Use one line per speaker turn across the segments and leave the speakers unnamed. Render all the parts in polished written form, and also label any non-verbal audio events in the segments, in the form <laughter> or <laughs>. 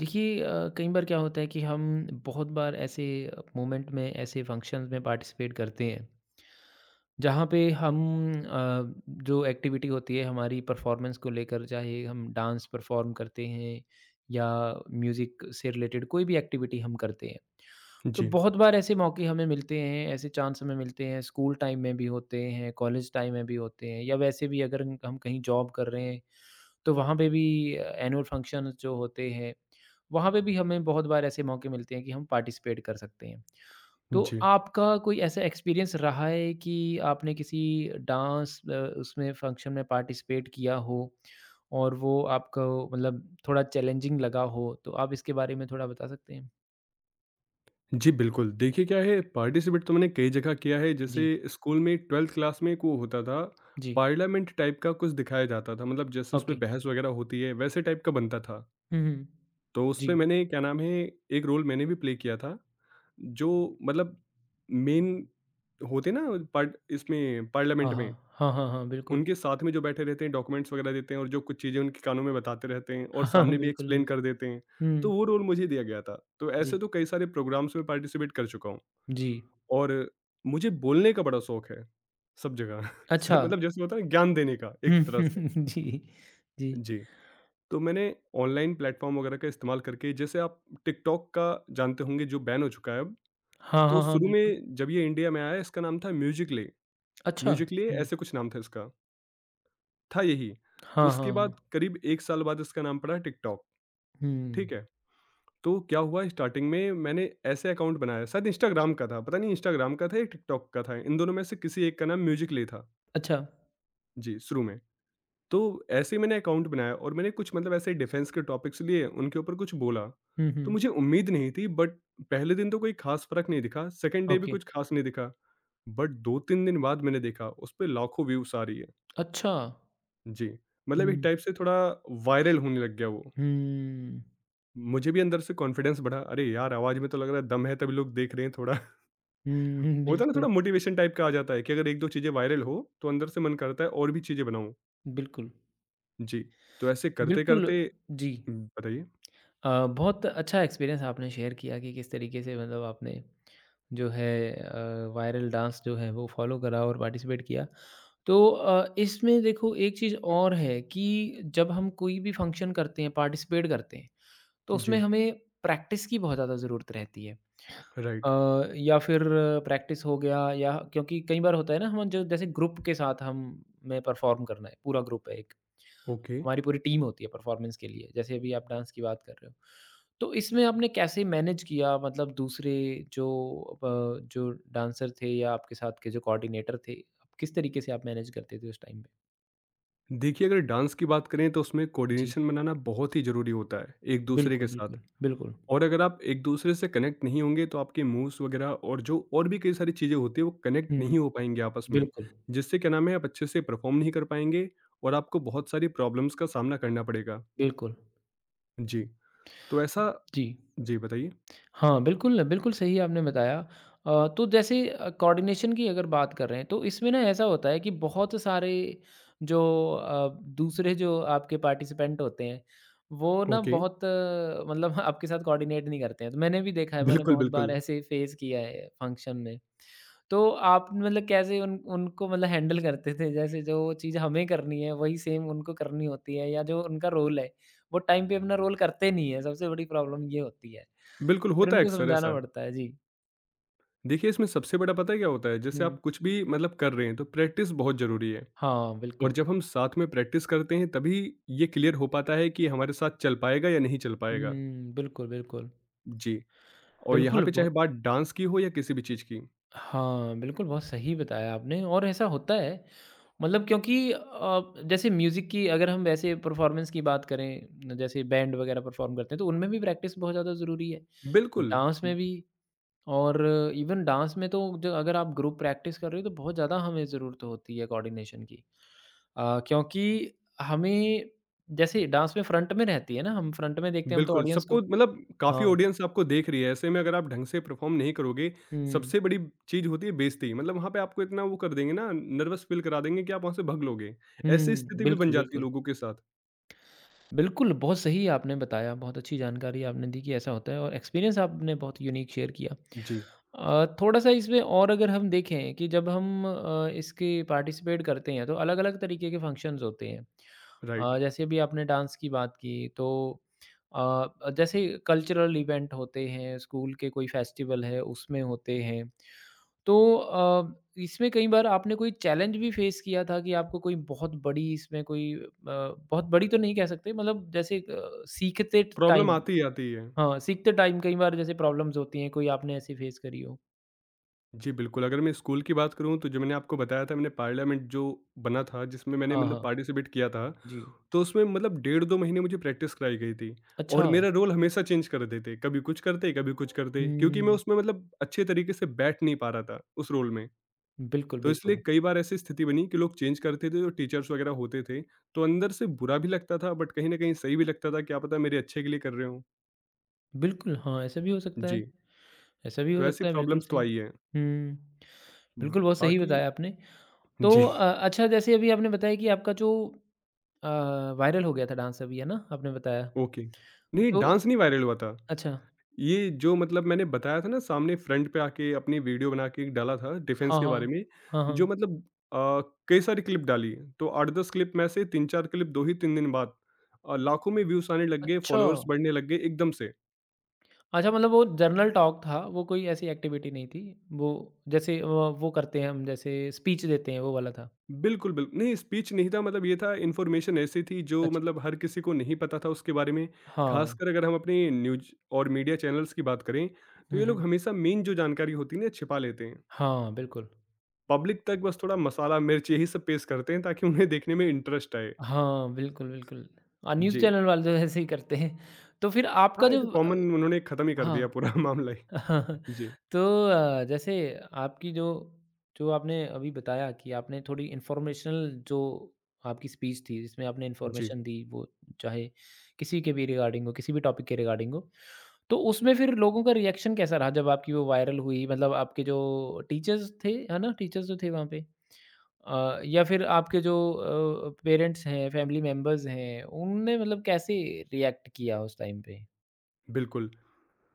देखिए कई बार क्या होता है कि हम बहुत बार ऐसे मोमेंट में ऐसे फंक्शंस में पार्टिसिपेट करते हैं जहाँ पे हम अ, जो एक्टिविटी होती है हमारी परफॉर्मेंस को लेकर चाहे हम डांस परफॉर्म करते हैं या म्यूज़िक से रिलेटेड कोई भी एक्टिविटी हम करते हैं तो
जी।
बहुत बार ऐसे मौके हमें मिलते हैं ऐसे चांस हमें मिलते हैं स्कूल टाइम में भी होते हैं कॉलेज टाइम में भी होते हैं या वैसे भी अगर हम कहीं जॉब कर रहे हैं तो वहाँ पे भी एनुअल फंक्शंस जो होते हैं, वहाँ पे भी हमें बहुत बार ऐसे मौके मिलते हैं कि हम पार्टिसिपेट कर सकते हैं। तो
जी।
आपका कोई ऐसा एक्सपीरियंस रहा है कि आपने किसी डांस उसमें फंक्शन में पार्टिसिपेट किया हो और वो आपको मतलब थोड़ा चैलेंजिंग लगा हो? तो आप इसके बारे में थोड़ा बता सकते हैं?
जी, बिल्कुल। देखिए क्या है, पार्टिसिपेट तो मैंने कई जगह किया है। जैसे
जी,
स्कूल में 12th क्लास में एक वो होता था,
जी,
पार्लियामेंट टाइप का कुछ दिखाया जाता था। मतलब जैसे उसपे
ओके।
बहस वगैरह होती है, वैसे टाइप का बनता था।
हुँ, हुँ।
तो उसपे
जी,
मैंने क्या नाम है, एक रोल मैंने भी प्ले किया था, जो मतलब मेन होते ना पार्ट इसमें
हाँ,
पार्लियामेंट
हाँ।
में।
हाँ, हाँ, हाँ, बिल्कुल।
उनके साथ में जो बैठे रहते हैं, डॉक्यूमेंट्स वगैरह देते हैं और जो कुछ चीज़ें उनके कानों में बताते रहते हैं और
हाँ, हाँ,
सामने भी
बिल्कुल,
एक्सप्लेन
बिल्कुल।
कर देते हैं।
हुँ,
तो वो रोल मुझे दिया गया था। तो ऐसे
जी,
तो कई सारे प्रोग्राम्स में पार्टिसिपेट कर चुका हूँ।
जी।
और मुझे बोलने का बड़ा शौक है, सब जगह। <laughs> स
अच्छा।
मतलब जैसे होता है ना, ज्ञान देने का एक तरह से।
हुँ, <laughs> जी, जी।
जी, तो मैंने ऑनलाइन प्लेटफ़ॉर्म वगैरह का इस्तेमाल करके, जैसे आप टिकटॉक का जानते होंगे, जो बैन हो चुका है अब।
हाँ,
तो
हाँ, हाँ,
शुरू
बिल्कुल।
में जब ये इंडिया में आया, इसका नाम था म्यूजिकली,
अच्छा,
म्यूजिकली
हुँ।
ऐसे कुछ नाम था इसका। था यही।
हाँ,
उसके
हाँ, हाँ।
बाद करीब 1 साल बाद इसका नाम पड़ा टिकटॉक,
हुँ,
ठीक है? तो क्या हुआ, स्टार्टिंग में मैंने ऐसे अकाउंट बनाया, शायद इंस्टाग्राम का था, पता नहीं इंस्टाग्राम का था या टिकटॉक का था, इन दोनों में से किसी एक का नाम म्यूजिकली था।
अच्छा।
जी, शुरू में। तो ऐसे ही मैंने अकाउंट बनाया और मैंने कुछ मतलब ऐसे डिफेंस के टॉपिक्स लिए, उनके ऊपर कुछ बोला।
हुँ,
तो
हुँ,
मुझे उम्मीद नहीं थी, बट पहले दिन तो कोई ख़ास फ़र्क नहीं दिखा, सेकंड डे भी
ओके।
कुछ ख़ास नहीं दिखा। बट 2-3 दिन बाद मैंने देखा, उस पे लाखों व्यूज़ आ रही है।
अच्छा।
जी, मतलब एक
हुँ,
टाइप से थोड़ा वायरल होने लग गया वो।
हुँ,
मुझे भी अंदर से कॉन्फिडेंस बढ़ा, अरे यार! आवाज़ में तो लग रहा है दम है, तभी लोग देख रहे हैं थोड़ा।
हुँ,
<laughs> होता है ना
बिल्कुल,
थोड़ा मोटिवेशन टाइप का आ जाता है कि अगर 1-2 चीज़ें वायरल हो तो अंदर से मन करता है और भी चीज़ें बनाऊँ।
बिल्कुल,
जी, तो ऐसे
बिल्कुल
करते-करते
जी।
बताइए?
बहुत अच्छा एक्सपीरियंस आपने शेयर किया कि किस तरीके से मतलब आपने जो है वायरल डांस जो है वो फॉलो करा और पार्टिसिपेट किया। तो इसमें देखो एक चीज़ और है कि जब हम कोई भी फंक्शन करते हैं, पार्टिसिपेट करते हैं तो
जी,
उसमें हमें प्रैक्टिस की बहुत ज़्यादा ज़रूरत रहती है। अ,
राइट,
या फिर प्रैक्टिस हो गया या क्योंकि कई बार होता है ना हम जो जैसे ग्रुप के साथ हम में परफ़ॉर्म करना है, पूरा ग्रुप है एक,
ओके।
हमारी पूरी टीम होती है परफ़ॉर्मेंस के लिए, जैसे अभी आप डांस की बात कर रहे हो। तो इसमें आपने कैसे मैनेज किया मतलब दूसरे जो अ, जो डांसर थे या आपके साथ के जो कोऑर्डिनेटर थे, आप किस तरीके से आप मैनेज करते थे उस टाइम पे?
देखिए अगर डांस की बात करें तो उसमें
जी,
कोऑर्डिनेशन बनाना बहुत ही ज़रूरी होता है, एक-दूसरे के
बिल्कुल,
साथ।
बिल्कुल, बिल्कुल।
और अगर आप एक-दूसरे से कनेक्ट नहीं होंगे तो आपके मूव्स वगैरह और जो और भी कई सारी चीज़ें होती हैं वो कनेक्ट
हुँ,
नहीं हो पाएँगी आपस में।
बिल्कुल,
जिससे क्या नाम है, आप अच्छे से परफ़ॉर्म नहीं कर पाएँगे और आपको बहुत सारी प्रॉब्लम्स का सामना करना पड़ेगा।
बिल्कुल।
जी, तो ऐसा।
जी।
जी, बताइए?
हाँ, बिल्कुल, बिल्कुल सही आपने बताया। तो जैसे कोऑर्डिनेशन की अगर बात कर रहे हैं, तो इसमें ना ऐसा होता है कि बहुत सारे जो अ, दूसरे जो आपके पार्टिसिपेंट होते हैं, वो ना
ओके,
बहुत मतलब <laughs> आपके साथ कोऑर्डिनेट नहीं करते हैं। तो मैंने भी देखा है, मैंने
बिल्कुल,
बहुत बार
बिल्कुल।
ऐसे फेस किया है फंक्शन में। तो आप मतलब कैसे उन उनको मतलब हैंडल करते थे? जैसे जो चीज़ हमें करनी है, वही सेम उनको करनी होती है या जो उनका रोल है, वो टाइम पे अपना रोल करते नहीं है, सबसे बड़ी प्रॉब्लम ये होती है।
बिल्कुल,
फिर
होता है
उनको
अक्सर
समझाना
ऐसा।
पड़ता है। जी।
देखिए इसमें सबसे बड़ा पता है क्या होता है?
हुँ।
जैसे आप कुछ भी मतलब कर रहे हैं तो प्रैक्टिस बहुत ज़रूरी है।
हाँ,
और
बिल्कुल।
जब हम साथ में प्रैक्टिस करते हैं तभी ये क्लियर हो पाता है कि हमारे साथ चल पाएगा या नहीं चल पाएगा।
हुँ, बिल्कुल, बिल्कुल।
जी। और यहाँ
बिल्कुल,
पे चाहे
बहुत
बात डांस की हो या किसी भी चीज़ की।
हाँ, बिल्कुल बहुत सही बताया आपने और ऐसा होता है मतलब क्योंकि जैसे म्यूज़िक की अगर हम वैसे परफ़ॉर्मेंस की बात करें, न, जैसे बैंड वगैरह परफ़ॉर्म करते हैं, तो उनमें भी प्रैक्टिस बहुत ज़्यादा ज़रूरी है।
बिल्कुल,
डांस में भी और इवन डांस में तो जो अगर आप ग्रुप प्रैक्टिस कर रहे हो तो बहुत ज़्यादा हमें ज़रूरत होती है कोऑर्डिनेशन की। क्योंकि हमें जैसे डांस में फ्रंट में रहती है ना, हम फ्रंट में देखते हैं हम तो
बिल्कुल,
ऑडियंस को
सबको मतलब काफ़ी
हाँ।
ऑडियंस आपको देख रही है, ऐसे में अगर आप ढंग से परफ़ॉर्म नहीं करोगे,
हुँ।
सबसे बड़ी चीज़ होती है बेइज़्ज़ती। मतलब वहाँ पे आपको इतना वो कर देंगे ना, नर्वस फ़ील करा देंगे कि आप वहाँ से भाग लोगे। ऐसी
हुँ,
स्थिति भी बन
बिल्कुल,
जाती है
बिल्कुल।
लोगों के साथ।
बिल्कुल, बहुत सही आपने बताया, बहुत अच्छी जानकारी आपने दी कि ऐसा होता है और एक्सपीरियंस आपने बहुत यूनिक शेयर किया।
जी,
थोड़ा-सा इसमें और अगर हम देखें कि जब हम इसके पार्टिसिपेट करते हैं तो अलग-अलग तरीके के फंक्शंस होते हैं।
राइट।
जैसे अभी आपने डांस की बात की तो अ, जैसे कल्चरल इवेंट होते हैं, स्कूल के कोई फेस्टिवल है उसमें होते हैं। तो इसमें कई बार आपने कोई चैलेंज भी फ़ेस किया था कि आपको कोई बहुत बड़ी इसमें कोई बहुत बड़ी तो नहीं कह सकते मतलब जैसे सीखते
प्रॉब्लम
टाइम
आती ही आती है।
हाँ, सीखते टाइम कई बार जैसे प्रॉब्लम्स होती हैं, कोई आपने ऐसी फ़ेस करी हो?
जी, बिल्कुल। अगर मैं स्कूल की बात करूँ तो जो मैंने आपको बताया था, मैंने पार्लियामेंट जो बना था, जिसमें मैंने
हाँ,
मतलब
हाँ।
पार्टिसिपेट किया था।
जी।
तो उसमें मतलब डेढ़ 2 महीने मुझे प्रैक्टिस कराई गई थी और
अच्छा।
मेरा रोल हमेशा चेंज कर देते, कभी कुछ करते, कभी कुछ करते, क्योंकि मैं
हुँ।
उसमें मतलब अच्छे तरीके से बैठ नहीं पा रहा था उस रोल में।
बिल्कुल,
तो इसलिए
बिल्कुल।
कई बार ऐसी स्थिति बनी कि लोग चेंज करते थे, जो टीचर्स वगैरह होते थे, तो अंदर से बुरा भी लगता था, बट कहीं न कहीं सही भी लगता था, क्या पता मेरे अच्छे के लिए कर रहे हों।
बिल्कुल, हाँ, ऐसा भी हो सकता है।
जी,
ऐसा भी हो
तो ऐसी
सकता है, बिल्कुल
प्रॉब्लम्स तो
सही।
आई हैं।
हुँ। बिल्कुल, बहुत सही
बाकी
बताया आपने। तो
जी,
अच्छा जैसे अभी आपने बताया कि आपका जो अ, वायरल हो गया था डांस अभी है ना? आपने बताया।
<laughs> ओके। नहीं,
तो
डांस नहीं वायरल हुआ था।
अच्छा।
ये जो मतलब मैंने बताया था ना, सामने फ्रंट पे आके अपनी वीडियो बना के डाला था डिफेंस
हाँ,
के बारे
हाँ।
में,
हाँ,
जो
हाँ।
मतलब अ, कई सारी क्लिप डाली, तो 8-10 क्लिप में से 3-4 क्लिप दो ही तीन दिन बाद लाखों में व्यूज आने लग गए,
अच्छा।
फॉलोअर्स बढ़ने लग गए एकदम से।
अच्छा मतलब वो जनरल टॉक था, वो कोई ऐसी एक्टिविटी नहीं थी। वो जैसे वो करते हैं हम जैसे स्पीच देते हैं वो वाला था।
बिल्कुल, बिल्कुल, नहीं स्पीच नहीं था, मतलब ये था, इन्फॉर्मेशन ऐसी थी जो
अच्छा।
मतलब हर किसी को नहीं पता था उसके बारे में।
हाँ।
खासकर अगर हम अपने न्यूज और मीडिया चैनल्स की बात करें तो
हुँ,
ये लोग
हुँ।
हमेशा मेन जो जानकारी होती है ना छिपा लेते हैं।
हाँ, बिल्कुल।
पब्लिक तक बस थोड़ा मसाला, मिर्च यही सब पेश करते हैं ताकि उन्हें देखने में इंटरेस्ट आए।
हाँ, बिल्कुल, बिल्कुल। न्यूज़
जी।
चैनल वाले तो ऐसे ही करते हैं। तो फिर आपका
हाँ, ये तो
जो
कॉमन, उन्होंने खत्म ही कर दिया
हाँ।
पूरा <laughs> मामला ही।
<laughs>
जी,
तो जैसे आपकी जो जो आपने अभी बताया कि आपने थोड़ी इन्फॉर्मेशनल जो आपकी स्पीच थी जिसमें आपने
जी,
इन्फॉर्मेशन दी वो चाहे किसी के भी रिगार्डिंग हो किसी भी टॉपिक के रिगार्डिंग हो तो उसमें फिर लोगों का रिएक्शन कैसा रहा जब आपकी वो वायरल हुई मतलब आपके जो टीचर्स थे है ना टीचर्स जो थे वहाँ पे या फिर आपके जो पेरेंट्स हैं फैमिली मेम्बर्स हैं उनने मतलब कैसे रिएक्ट किया उस टाइम पे
बिल्कुल।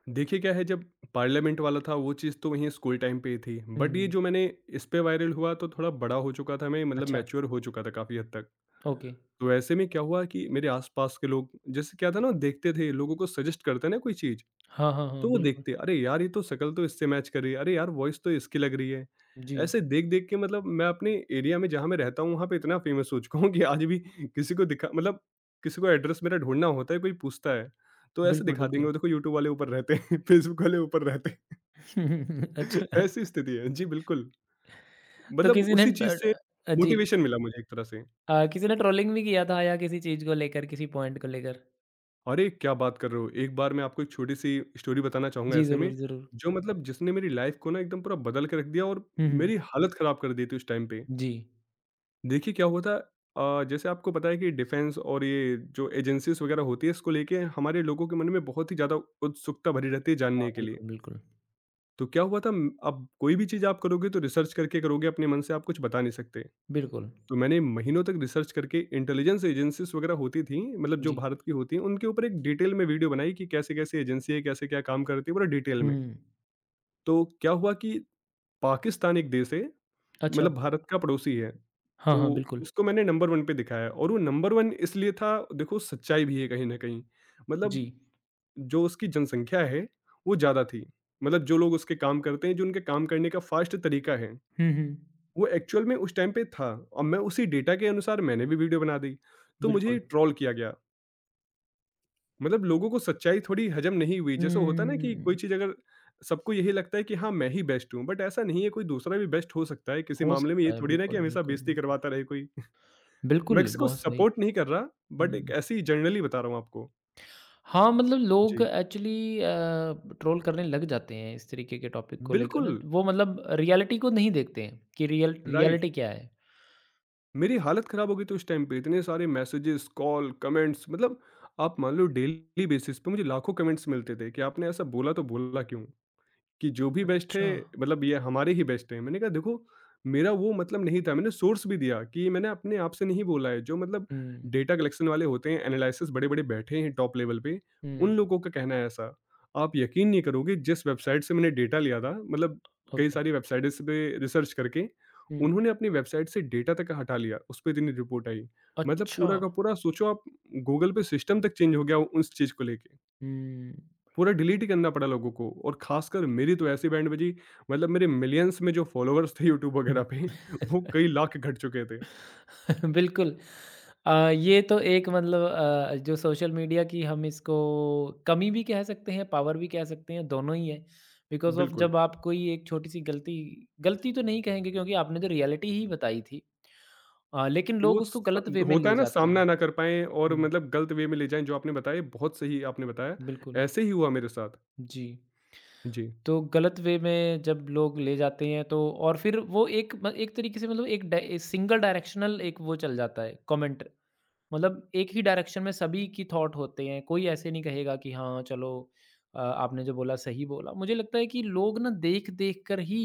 देखिए क्या है, जब पार्लियामेंट वाला था वो चीज़ तो वहीं स्कूल टाइम पे ही थी। बट ये
हम्म
जो मैंने इस पे वायरल हुआ तो थोड़ा बड़ा हो चुका था मैं, मतलब
अच्छा
मैच्योर हो चुका था काफ़ी हद तक।
ओके
तो ऐसे में क्या हुआ कि मेरे आस-पास के लोग, जैसे क्या था ना देखते थे, लोगों को सजेस्ट करते हैं ना कोई चीज़,
हाँ हाँ हाँ
तो वो
बिल्कुल
देखते हैं, अरे यार ये तो शक्ल तो इससे मैच कर रही है, अरे यार वॉइस तो इसकी लग रही है।
जी,
ऐसे देख-देख के मतलब मैं अपने एरिया में जहाँ मैं रहता हूँ, वहाँ पे इतना फेमस हो चुका हूँ कि आज भी किसी को दिखा मतलब किसी को एड्रेस मेरा ढूँढना होता है, कोई पूछता है, तो ऐसे
बिल्कुल,
दिखा देंगे,
बिल्कुल।
वो देखो यूट्यूब वाले ऊपर रहते हैं, <laughs> फेसबुक वाले ऊपर रहते हैं।
<laughs> अच्छा,
<laughs> ऐसी स्थिति है। जी बिल्कुल,
तो
मतलब
किसी ने
उसी चीज़
ड
से
अ, जी
मोटिवेशन मिला मुझे एक तरह से।
अ, किसी ने ट्रोलिंग भी किया था या किसी चीज़ को लेकर, किसी पॉइंट को लेकर?
अरे! क्या बात कर रहे हो? एक बार मैं आपको एक छोटी-सी स्टोरी बताना चाहूँगा
जी,
ऐसे
ज़रूर,
में,
ज़रूर।
जो मतलब जिसने मेरी लाइफ़ को ना एकदम पूरा बदल के रख दिया और
हुँ, हुँ।
मेरी हालत ख़राब कर दी थी उस टाइम पे।
जी।
देखिए क्या हुआ था, जैसे आपको पता है कि डिफेंस और ये जो एजेंसीज़ वग़ैरह होती है, इसको लेके हमारे लोगों के मन में बहुत ही ज़्यादा उत्सुकता भरी रहती है
हाँ,
जानने के लिए।
बिल्कुल, बिल्कुल।
तो क्या हुआ था, अब कोई भी चीज़ आप करोगे तो रिसर्च करके करोगे, अपने मन से आप कुछ बता नहीं सकते।
बिल्कुल,
तो मैंने महीनों तक रिसर्च करके, इंटेलिजेंस एजेंसीज वगैरह होती थी मतलब जो
जी।
भारत की होती हैं, उनके ऊपर एक डिटेल में वीडियो बनाई कि कैसे कैसे एजेंसी है, कैसे क्या काम करती है, पूरा डिटेल में।
हुँ,
तो क्या हुआ कि पाकिस्तान एक देश है,
अच्छा।
मतलब भारत का पड़ोसी है।
हाँ,
तो
हाँ, बिल्कुल।
उसको मैंने नंबर 1 पे दिखाया और वो नंबर 1 इसलिए था, देखो सच्चाई भी है कहीं ना कहीं,
जी।
मतलब जो उसकी जनसंख्या है वो ज़्यादा थी, मतलब जो लोग उसके काम करते हैं, जो उनके काम करने का फास्ट तरीका है,
हुँ, हुँ।
वो एक्चुअल में उस टाइम पे था और मैं उसी डेटा के अनुसार मैंने भी वीडियो बना दी। तो मुझे
बिल्कुल।
ट्रोल किया गया। मतलब लोगों को सच्चाई थोड़ी हजम नहीं हुई। जैसे होता है ना कि कोई
हुँ,
चीज़ अगर, सबको यही लगता है कि हाँ, मैं ही बेस्ट हूँ, बट ऐसा नहीं है, कोई दूसरा भी बेस्ट हो सकता है किसी
हो
मामले में। ये
सकता है।
थोड़ी ना कि
बिल्कुल,
हमेशा
बिल्कुल,
बेइज़्ज़ती
बिल्कुल।
करवाता रहे कोई। <laughs> मैं
बिल्कुल,
किसी को
बहुत सही।
सपोर्ट नहीं कर रहा, बट एक
हुँ।
ऐसे ही जनरली बता रहा हूँ आपको।
हाँ, मतलब लोग
जी,
एक्चुअली ट्रोल करने लग जाते हैं इस तरीके के टॉपिक को लेकर ना,
बिल्कुल,
वो मतलब रियलिटी को नहीं देखते हैं कि रियल
राइट।
रियलिटी क्या है।
मेरी हालत खराब हो गई थी उस टाइम पे, इतने सारे मैसेजेस, कॉल, कमेंट्स, मतलब आप मान लो डेली बेसिस पे मुझे लाखों कमेंट्स मिलते थे कि आपने ऐसा बोला तो बोला क्यों? कि जो भी बेस्ट है
अच्छा।
मतलब ये हमारे ही बेस्ट है। मैंने कहा देखो, मेरा वो मतलब नहीं था, मैंने सोर्स भी दिया कि ये मैंने अपने आप से नहीं बोला है, जो मतलब
हुँ,
डेटा कलेक्शन वाले होते हैं, एनालिसिस बड़े बड़े बैठे हैं टॉप लेवल पे,
हुँ,
उन लोगों का कहना है ऐसा। आप यकीन नहीं करोगे, जिस वेबसाइट से मैंने डेटा लिया था, मतलब कई
ओके,
सारी वेबसाइट्स पे रिसर्च करके,
हुँ,
उन्होंने अपनी वेबसाइट से डेटा तक हटा लिया, उस पर इतनी रिपोर्ट आई। मतलब
अच्छा,
पूरा का पूरा सोचो आप, गूगल पे सिस्टम तक चेंज हो गया उस चीज़ को लेके,
हुँ।
पूरा डिलीट ही करना पड़ा लोगों को। और खासकर मेरी तो ऐसी बैंड बजी, मतलब मेरे मिलियंस में जो फॉलोअर्स थे यूट्यूब वगैरह पे <laughs> वो कई लाख घट चुके थे।
<laughs> बिल्कुल। ये तो एक मतलब जो सोशल मीडिया की हम इसको कमी भी कह सकते हैं, पावर भी कह सकते हैं, दोनों ही है। बिकॉज़ ऑफ
बिल्कुल।
जब आप कोई एक छोटी-सी गलती गलती तो नहीं कहेंगे क्योंकि आपने तो रियलिटी ही बताई थी। लेकिन लोग
वो
उसको
स-
गलत वे में
होता
ले
है ना,
जाते
सामना
हैं।
ना कर पाए और
हुँ,
मतलब गलत वे में ले जाएं, जो आपने बताया, बहुत सही आपने बताया।
बिल्कुल,
ऐसे ही हुआ मेरे साथ।
जी।
जी,
तो गलत वे में जब लोग ले जाते हैं तो और फिर वो एक तरीके से मतलब एक डाइ सिंगल डायरेक्शनल एक वो चल जाता है कमेंट मतलब एक ही डायरेक्शन में सभी की थॉट होते हैं, कोई ऐसे नहीं कहेगा कि हाँ, चलो आपने जो बोला सही बोला। मुझे लगता है कि लोग ना देख-देख कर ही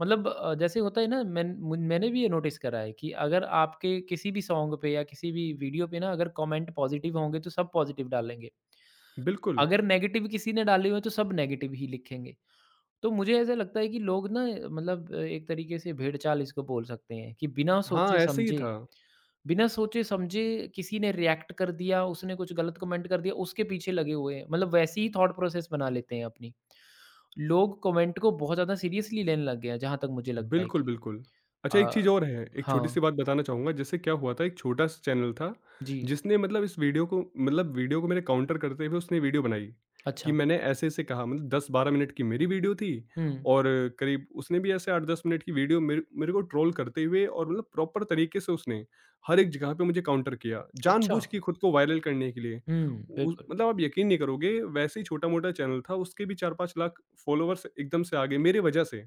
मतलब जैसे होता है ना मैन मुन मैंने भी ये नोटिस करा है कि अगर आपके किसी भी सॉन्ग पे या किसी भी वीडियो पे ना अगर कमेंट पॉजिटिव होंगे तो सब पॉजिटिव डालेंगे।
बिल्कुल।
अगर नेगेटिव किसी ने डाले हुए तो सब नेगेटिव ही लिखेंगे। तो मुझे ऐसा लगता है कि लोग ना मतलब एक तरीके से भेड़चाल इसको बोल सकते हैं कि बिना
हाँ, ऐसे ही
सोचे-समझे
था।
बिना सोचे-समझे किसी ने रिएक्ट कर दिया, उसने कुछ गलत कमेंट कर दिया, उसके पीछे लगे हुए हैं। मतलब वैसी ही थॉट प्रोसेस बना लेते हैं अपनी। लोग कमेंट को बहुत ज़्यादा सीरियसली लेने लग गए हैं, जहाँ तक मुझे लगता है
बिल्कुल,
कि
बिल्कुल। अच्छा, एक
अ,
चीज़ और है, एक
हाँ,
छोटी-सी बात बताना चाहूँगा। जैसे क्या हुआ था, एक छोटा-सा चैनल था,
जी,
जिसने मतलब इस वीडियो को, मतलब वीडियो को मेरे काउंटर करते हुए उसने वीडियो बनाई, कि
अच्छा।
मैंने ऐसे-ऐसे कहा, मतलब 10-12 मिनट की मेरी वीडियो थी
हुँ,
और करीब उसने भी ऐसे 8-10 मिनट की वीडियो मेरे मेरे को ट्रोल करते हुए, और मतलब प्रॉपर तरीके से उसने हर एक जगह पे मुझे काउंटर किया,
अच्छा।
जानबूझ के खुद को वायरल करने के लिए।
हुँ,
उ
बिल्कुल।
मतलब आप यकीन नहीं करोगे, वैसे ही छोटा-मोटा चैनल था, उसके भी 4-5 लाख फॉलोवर्स एकदम से आ गए मेरी वजह से।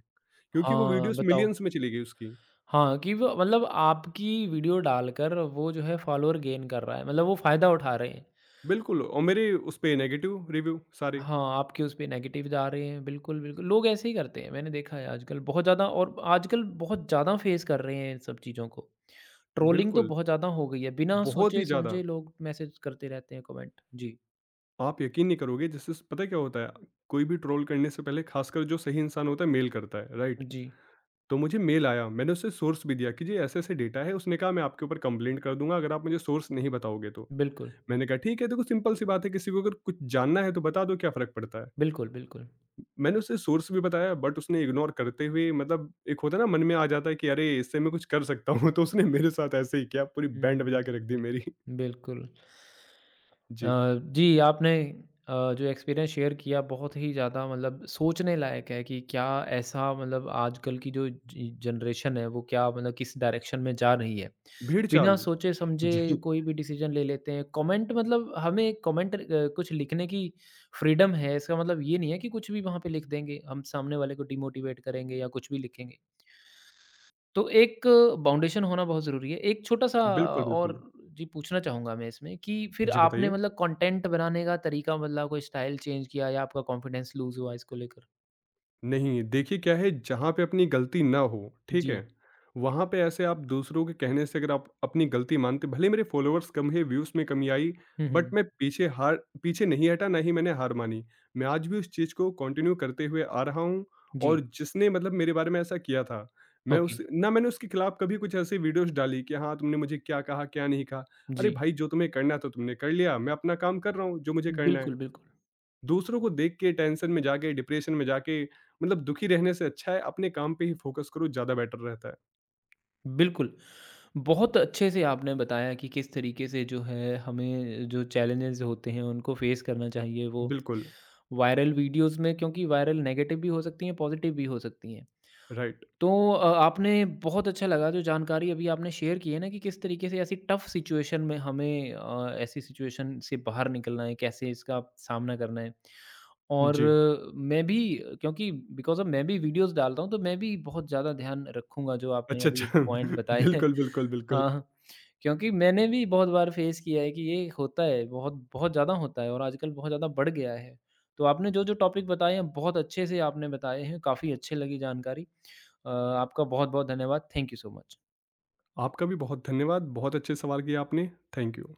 क्योंकि वो
हाँ,
वीडियोज़
बताओ।
मिलियंस में चली गई उसकी।
हाँ, कि वो मतलब आपकी वीडियो डालकर वो जो है फॉलोवर गेन कर रहा है, मतलब वो फ़ायदा उठा रहे हैं।
बिल्कुल, और मेरे उस पे नेगेटिव रिव्यू सारे,
हाँ, आपके उस पे नेगेटिव जा रहे हैं। बिल्कुल, बिल्कुल, लोग ऐसे ही करते हैं, मैंने देखा है आजकल बहुत ज़्यादा और आजकल बहुत ज़्यादा फेस कर रहे हैं इन सब चीज़ों को। ट्रोलिंग तो
बिल्कुल,
बहुत ज़्यादा हो गई है, बिना
बहुत ही ज़्यादा।
सोचे-समझे लोग मैसेज करते रहते हैं कमेंट। जी,
आप यकीन नहीं करोगे, जैसे पता है क्या होता है? कोई भी ट्रोल करने से पहले, ख़ासकर जो सही इंसान होता है मेल करता है, राइट?
जी,
तो मुझे मेल आया, मैंने उसे सोर्स भी दिया कि जी ऐसे-ऐसे डेटा है, उसने कहा मैं आपके ऊपर कंप्लेंट कर दूँगा अगर आप मुझे सोर्स नहीं बताओगे तो।
बिल्कुल,
मैंने कहा ठीक है देखो, सिंपल सी बात है, किसी को अगर कुछ जानना है तो बता दो, क्या फ़र्क पड़ता है।
बिल्कुल, बिल्कुल।
मैंने उसे सोर्स भी बताया, बट उसने इग्नोर करते हुए, मतलब एक होता है ना मन में आ जाता है कि अरे इससे मैं कुछ कर सकता हूँ, <laughs> तो उसने मेरे साथ ऐसे ही किया, पूरी बैंड बजा
हुँ,
के रख दी मेरी। <laughs>
बिल्कुल। अ,
जी।
जी, आपने जो एक्सपीरियंस शेयर किया बहुत ही ज़्यादा मतलब सोचने लायक है कि क्या ऐसा मतलब आजकल की जो जी जनरेशन है वो क्या मतलब किस डायरेक्शन में जा रही है।
भेड़
बिना
चाल।
सोचे समझे
जी,
कोई भी डिसीज़न ले लेते हैं। कमेंट मतलब हमें कमेंट कुछ लिखने की फ्रीडम है। इसका मतलब ये नहीं है कि कुछ भी वहाँ पे लिख देंगे, हम सामने वाले को डिमोटिवेट करेंगे या कुछ भी लिखेंगे। तो एक बाउंडेशन होना बहुत ज़रूरी है। एक छोटा-सा
बिल्कुल,
और
बिल्कुल।
जी पूछना चाहूँगा मैं इसमें कि फिर
जी,
आपने
बताइए।
मतलब कंटेंट बनाने का तरीका बदला, कोई स्टाइल चेंज किया या आपका कॉन्फिडेंस लूज़ हुआ इसको लेकर?
नहीं, देखिए क्या है, जहाँ पे अपनी गलती ना हो, ठीक
जी।
है? वहाँ पे ऐसे आप दूसरों के कहने से अगर आप अपनी गलती मानते, भले मेरे फॉलोअर्स कम है, व्यूज़ में कमी आई,
हुँ,
बट
हुँ।
मैं पीछे नहीं हटा, ना ही मैंने हार मानी। मैं आज भी उस चीज़ को कंटिन्यू करते हुए आ रहा हूँ।
जी,
और जिसने मतलब मेरे बारे में ऐसा किया था, मैं
ओके।
उस ना मैंने उसके खिलाफ कभी कुछ ऐसी वीडियोज़ डाली कि हाँ, तुमने मुझे क्या कहा, क्या नहीं कहा। अरे
जी।
भाई, जो तुम्हें करना था तुमने कर लिया, मैं अपना काम कर रहा हूँ, जो मुझे करना
बिल्कुल,
है।
बिल्कुल।
दूसरों को देख के टेंशन में जाके, डिप्रेशन में जाके मतलब दुखी रहने से अच्छा है अपने काम पे ही फ़ोकस करो, ज़्यादा बेटर रहता है।
बिल्कुल। बहुत अच्छे से आपने बताया कि किस तरीके से जो है हमें जो चैलेंजेज़ होते हैं उनको फ़ेस करना चाहिए। वो
बिल्कुल,
वायरल वीडियोज़ में क्योंकि वायरल नेगेटिव भी हो सकती हैं, पॉज़िटिव भी हो सकती हैं।
राइट।
तो आपने बहुत अच्छा लगा जो जानकारी अभी आपने शेयर की है ना कि किस तरीके से ऐसी टफ़ सिचुएशन में हमें ऐसी सिचुएशन से बाहर निकलना है, कैसे इसका सामना करना है। और
जी।
मैं भी क्योंकि बिकॉज़ ऑफ़ मैं भी वीडियोज़ डालता हूँ, तो मैं भी बहुत ज़्यादा ध्यान रखूँगा जो आपने
अच्छा,
अभी
अच्छा।
पॉइंट
<laughs>
बताए हैं।
बिल्कुल, बिल्कुल, बिल्कुल।
हाँ, हाँ। क्योंकि मैंने भी बहुत बार फेस किया है कि ये होता है, बहुत बहुत ज़्यादा होता है और आजकल बहुत ज़्यादा बढ़ गया है। तो आपने जो-जो टॉपिक बताए हैं, बहुत अच्छे से आपने बताए हैं, काफ़ी अच्छी लगी जानकारी। आपका बहुत-बहुत धन्यवाद। Thank you so much.
आपका भी बहुत धन्यवाद। बहुत अच्छे सवाल किए आपने। Thank you.